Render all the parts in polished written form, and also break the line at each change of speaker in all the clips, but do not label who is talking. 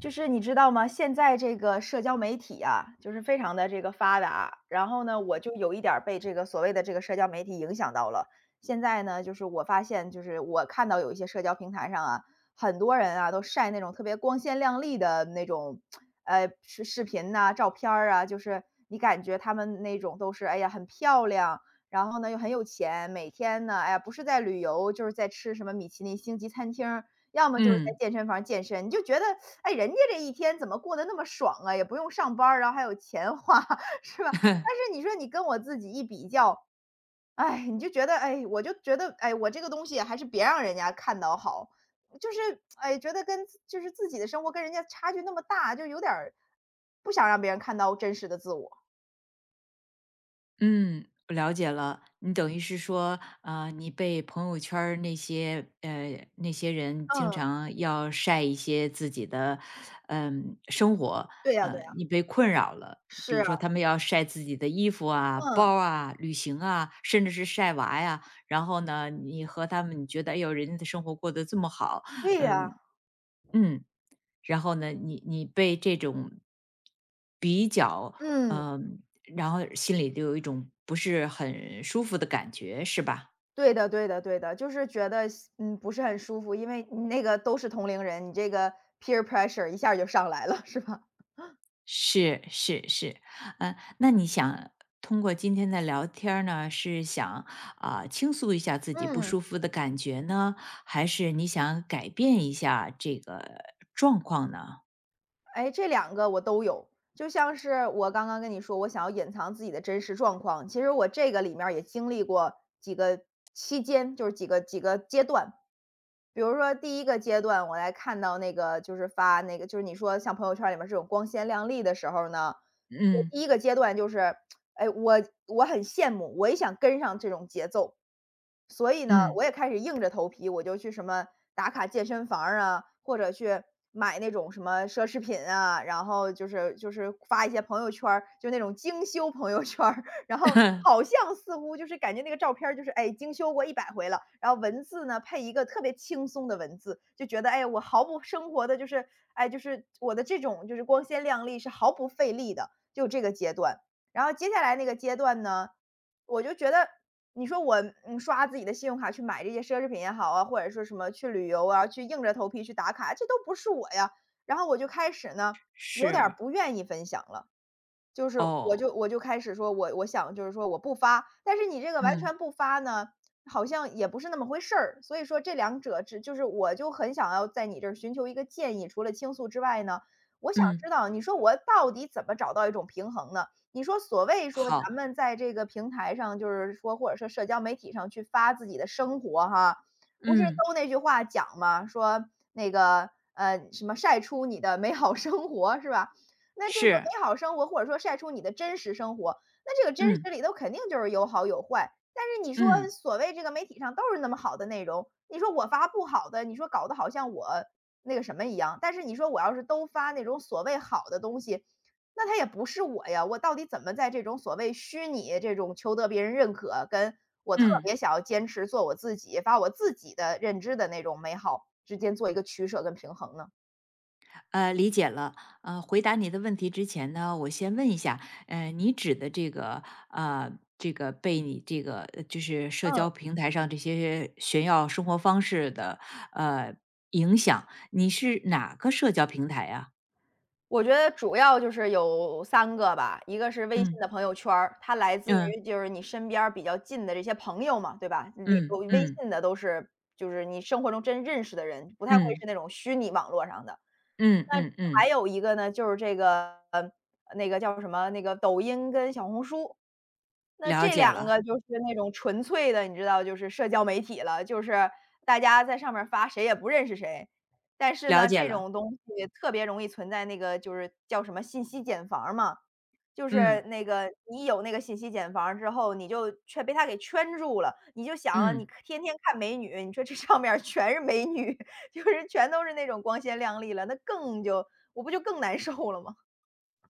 就是你知道吗？现在这个社交媒体啊，就是非常的这个发达。然后呢，我就有一点儿被这个所谓的这个社交媒体影响到了。现在呢，就是我发现，就是我看到有一些社交平台上啊，很多人啊都晒那种特别光鲜亮丽的那种，视频呐、照片儿啊，就是你感觉他们那种都是哎呀很漂亮，然后呢又很有钱，每天呢哎呀不是在旅游就是在吃什么米其林星级餐厅，要么就是在
嗯。
健身房健身，你就觉得，哎，人家这一天怎么过得那么爽啊，也不用上班儿然后还有钱花，是吧？但是你说你跟我自己一比较，哎，你就觉得，哎，我就觉得，哎，我这个东西还是别让人家看到好，就是，哎，觉得跟自就是自己的生活跟人家差距那么大，就有点儿不想让别人看到真实的自我。
嗯，我了解了。你等于是说，啊，你被朋友圈儿那些人经
嗯，
常要晒一些自己的，生活，
对呀对呀，
你被困扰了。
是
比如
啊，
说，他们要晒自己的衣服啊、
嗯，
包儿啊、旅行啊，甚至是晒娃呀。然后呢，你和他们，你觉得，哎呦，人家的生活过得这么好，
对呀，
嗯嗯，然后呢，你被这种比较，
嗯。
嗯、然后心里就有一种不是很舒服的感觉，是吧？
对的对的对的，就是觉得嗯，不是很舒服，因为你那个都是同龄人，你这个 peer pressure 一下儿就上来了，是吧？
是是是，那你想通过今天的聊天儿呢，是想啊、倾诉一下自己不
嗯。
舒服的感觉呢，还是你想改变一下这个状况呢？
哎，这两个我都有，就像是我刚刚跟你说，我想要隐藏自己的真实状况，其实我这个里面儿也经历过几个期间，就是几个阶段。比如说第一个阶段，我来看到那个就是发那个就是你说像朋友圈里面这种光鲜亮丽的时候呢，我
嗯
第一个阶段就是哎，我很羡慕，我也想跟上这种节奏。所以呢，
嗯，
我也开始硬着头皮，我就去什么打卡健身房儿啊，或者去买那种什么奢侈品啊，然后就是发一些朋友圈儿，就那种精修朋友圈儿，然后好 像似乎就是感觉那个照片儿就是哎精修过100回了，然后文字呢配一个特别轻松的文字，就觉得哎我毫不生活的就是哎就是我的这种就是光鲜亮丽是毫不费力的，就这个阶段。然后接下来那个阶段呢，我就觉得你说我，嗯，刷自己的信用卡去买这些奢侈品也好啊，或者说什么去旅游啊，去硬着头皮去打卡，这都不是我呀。然后我就开始呢，有点儿
是
不愿意分享了。就是我
哦，
就我就开始说我想就是说我不发，但是你这个完
嗯
全不发呢，好像也不是那么回事儿。所以说这两者只就是我就很想要在你这儿寻求一个建议，除了倾诉之外呢，我想
嗯，
知道你说我到底怎么找到一种平衡呢？你说所谓说咱
好，
们在这个平台上，就是说或者说社交媒体上去发自己的生活哈，不是
嗯
都那句话讲吗？说那个什么晒出你的美好生活是吧？那这个
是，
美好生活或者说晒出你的真实生活，那这个真
嗯
实里头肯定就是有好有坏。但是你说
嗯。
所谓这个媒体上都是那么好的内容，你说我发不好的，你说搞得好像我那个什么一样，但是你说我要是都发那种所谓好的东西，那它也不是我呀，我到底怎么在这种所谓虚拟这种求得别人认可，跟我特
嗯。
别想要坚持做我自己，发我自己的认知的那种美好之间做一个取舍跟平衡呢？
理解了。回答你的问题之前呢，我先问一下，你指的这个，呃，这个被你这个就是社交
嗯。
平台上这些炫耀生活方式的呃影响，你是哪个社交平台呀？
我觉得主要就是有三个吧，一个是微信
嗯
的朋友圈儿它来自
嗯
于就是你身边儿比较近的这些朋友嘛，对吧？你有
嗯
微
嗯
信的都是就是你生活中真认识的人，不太会是
嗯
那种虚拟网络上的。
嗯
那
嗯嗯，
还有一个呢，就是这个，那个叫什么，那个抖音跟小红书，那
了
这
解
两
了，
个就是那种纯粹的，你知道，就是社交媒体了，就是大家在上面儿发，谁也不认识谁。但是
了
呢，
解
这
了，
种东西特别容易存在那个就是叫什么信息茧房儿嘛，就是
嗯
那个你有那个信息茧房儿之后，你就却被他给圈住了。你就想啊，你
嗯。
可天天看美女，你说这上面儿全是美女，就是全都是那种光鲜亮丽了，那更就我不就更难受了吗？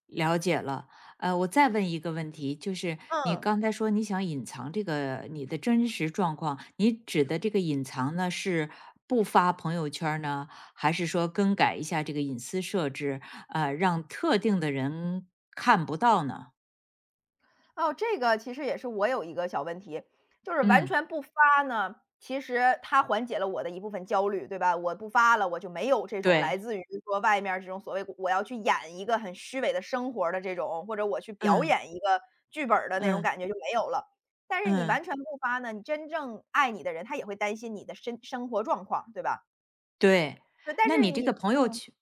了解了，我再问一个问题，就是你
嗯。
刚才说你想隐藏这个你的真实状况，你指的这个隐藏呢，是不发朋友圈儿呢，还是说更改一下这个隐私设置，让特定的人看不到呢？
哦，这个其实也是我有一个小问题，就是完
嗯，
全不发呢，其实它缓解了我的一部分焦虑，对吧？我不发了，我就没有这种来
对，
自于说外面儿这种所谓我要去演一个很虚伪的生活儿的这种，或者我去表
嗯
演一个剧本儿的那种
嗯
感觉就没有了。但是你
嗯，
完全不发呢，你真正爱你的人，他也会担心你的生生活状况，对吧？
对。
对，但
那
是
你这
你
个朋友
嗯，
圈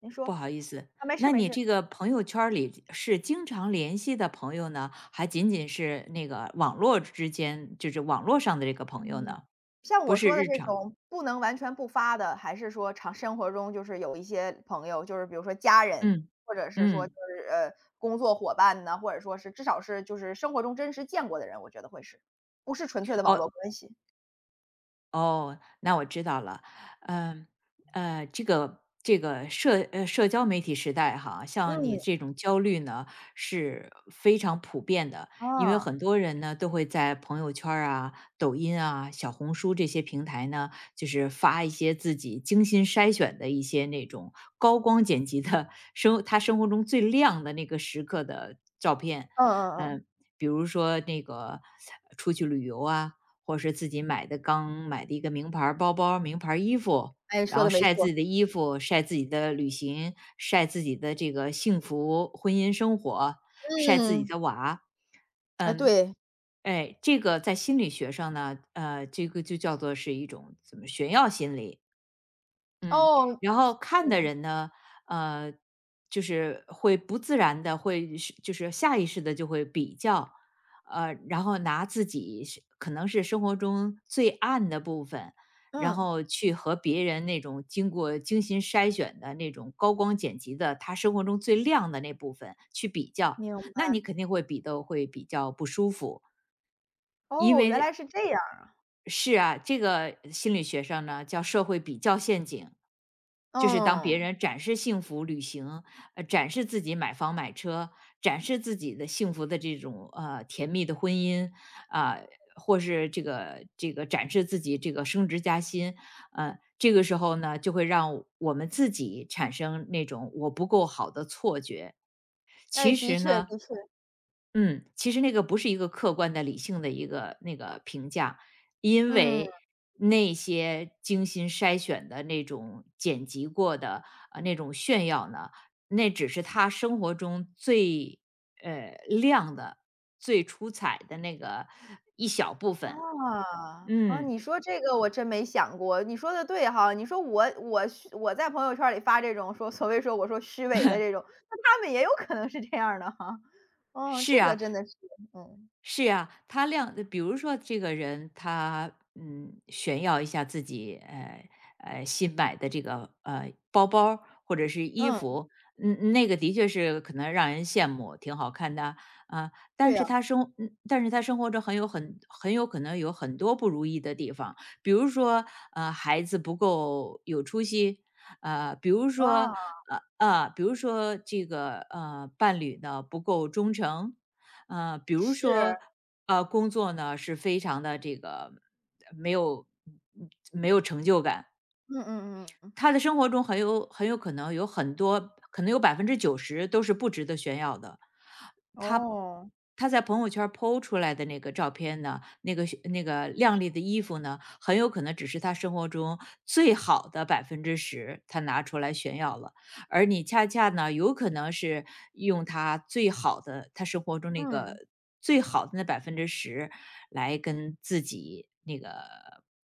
您
不
说，
好意思，
啊，没事
那
没
你
事。
这个朋友圈儿里是经常联系的朋友呢，还仅仅是那个网络之间，就是网络上的这个朋友
嗯，
呢？
像
不
我
是
说的
日
这
常，
种不能完全不发的，还是说常生活中就是有一些朋友，就是比如说家人，
嗯，
或者是说
嗯，
就是工作伙伴呢，或者说是至少是就是生活中真实见过的人，我觉得会是，不是纯粹的网
哦，
络关系。
哦，那我知道了。嗯，社交媒体时代哈，像你
嗯，
这种焦虑呢，是非常普遍的。因为
啊，
很多人呢，都会在朋友圈儿啊、抖音啊、小红书这些平台呢，就是发一些自己精心筛选的一些那种高光剪辑的他生活中最亮的那个时刻的照片。
嗯嗯嗯，
嗯，比如说那个出去旅游啊，或是自己买的刚买的一个名牌儿包包、名牌儿衣服，
哎，
然
说
后
的没
晒自
错。
己的衣服、晒自己的旅行、晒自己的这个幸福婚姻生活、晒自己
嗯，
的娃。
哎，
嗯，
对，
哎，这个在心理学上呢，这个就叫做是一种怎么炫耀心理。嗯，
哦，
然后看的
嗯
人呢，呃，就是会不自然的，就是下意识的就会比较，然后拿自己是可能是生活中最暗的部分，然
嗯，
后去和别人那种经过精心筛选的那种高光剪辑的，他生活中最亮的那部分去比较，
明
那
白。
你肯定会比较不舒服。因
哦，原
为
来是这样。
是啊，这个心理学上呢叫社会比较陷阱，就是当别
嗯，
人展示幸福旅行，展示自己买房买车，展示自己的幸福的这种甜蜜的婚姻啊、或是这个展示自己这个升职加薪，这个时候呢就会让我们自己产生那种我不够好的错觉。
哎，
其
的
实
确
呢，
的确，
嗯，其实那个不是一个客观的、理性的一个那个评价，因为
嗯。
那些精心筛选的那种剪辑过的那种炫耀呢，那只是他生活中最亮的、最出彩的那个一小部分。
啊，啊，你
嗯，
说这个我真没想过，你说的对哈。你说我我虚我在朋友圈里发这种说所谓说我说虚伪的这种，那他们也有可能是这样儿的哈。哦，
是
这个
啊，
真的是，嗯，
是呀，比如说这个人他炫耀一下自己新买的这个包包儿或者是衣
嗯，
服，嗯，那个的确是可能让人羡慕，挺好看的啊。
对呀，
但是他生活中很有可能有很多不如意的地方，比如说孩子不够有出息，比如说
啊，
比如说这个伴侣呢不够忠诚。比如
是，
说，工作呢是非常的这个没有没有成就感，
嗯嗯嗯，
他的生活中很有可能有很多，可能有90%都是不值得炫耀的。他
哦，
他在朋友圈儿 po 出来的那个照片呢，那个靓丽的衣服呢，很有可能只是他生活中最好的百分之十，他拿出来炫耀了。而你恰恰呢，有可能是用他最好的他生活中那
嗯，
个最好的那百分之十，来跟自己那个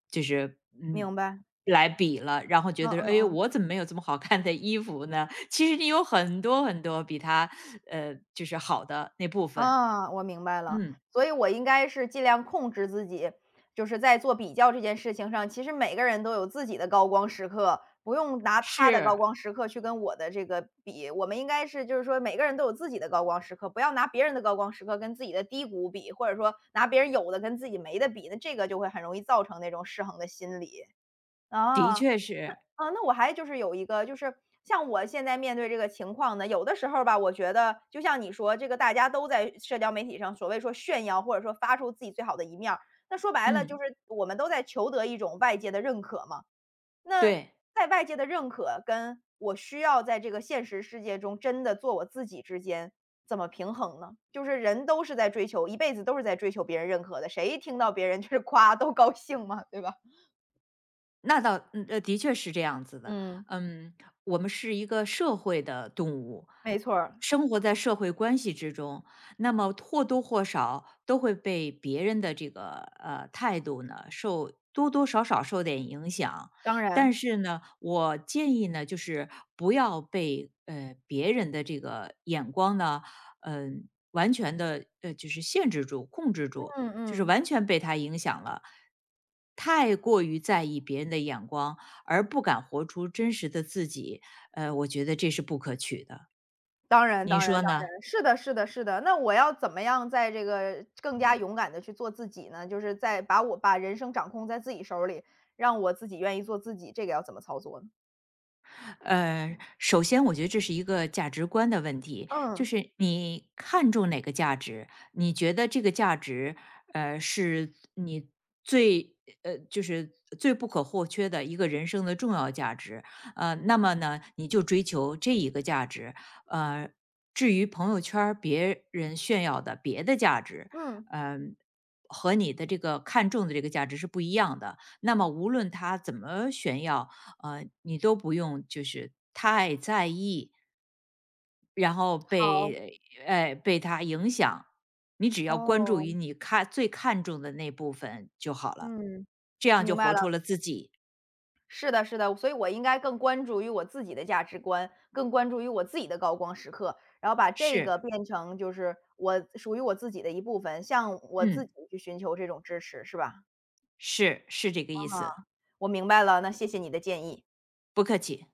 就是
明白，
来比了，然后觉
嗯
得说：
嗯
“哎呦，
嗯。
我怎么没有这么好看的衣服呢？”其实你有很多很多比它，就是好的那部分。
啊，我明白了，
嗯，
所以我应该是尽量控制自己，就是在做比较这件事情上，其实每个人都有自己的高光时刻，不用拿他的高
是，
光时刻去跟我的这个比。我们应该是就是说每个人都有自己的高光时刻，不要拿别人的高光时刻跟自己的低谷比，或者说拿别人有的跟自己没的比，那这个就会很容易造成那种失衡的心理。
的
啊。
确是，
嗯，那我还就是有一个，就是像我现在面对这个情况呢，有的时候吧，我觉得就像你说，这个大家都在社交媒体上所谓说炫耀，或者说发出自己最好的一面儿，那说白了就
嗯，
是我们都在求得一种外界的认可嘛。那
对。
在外界的认可跟我需要在这个现实世界中真的做我自己之间，怎么平衡呢？就是人都是在追求，一辈子都是在追求别人认可的，谁听到别人就是夸都高兴嘛，对吧？
那倒的确是这样子的。
嗯，
嗯，我们是一个社会的动物，
没错儿，
生活在社会关系之中，那么或多或少都会被别人的这个态度呢，受多多少少受点影响。
当
但
然。
是呢，我建议呢，就是不要被别人的这个眼光呢，完全的就是限制住、控制住。
嗯
就是
嗯，
完全被他影响了，太过于在意别人的眼光，而不敢活出真实的自己，我觉得这是不可取的，
当然
你
当然
说
当
呢？
然，是的是的是的。那我要怎么样在这个更加勇敢的去做自己呢？就是在把我把人生掌控在自己手里，让我自己愿意做自己，这个要怎么操作呢？
首先我觉得这是一个价值观的问题，就
嗯，
是你看重哪个价值，你觉得这个价值，是你最就是最不可或缺的一个人生的重要价值，那么呢，你就追求这一个价值，呃，至于朋友圈儿别人炫耀的别的价值，
嗯，
嗯、和你的这个看重的这个价值是不一样的。那么，无论他怎么炫耀，你都不用就是太在意，然后
好，
被他影响，你只要关注
哦，
于你最看重的那部分就好了，
嗯，
这样
明
就
白
活
了。
出了自己。
是的是的，所以我应该更关注于我自己的价值观，更关注于我自己的高光时刻，然后把这
是，
个变成就是我属于我自己的一部分，向我自
嗯，
己去寻求这种支持，是吧？
是是这个意思，
我明白了，那谢谢你的建议。
不客气。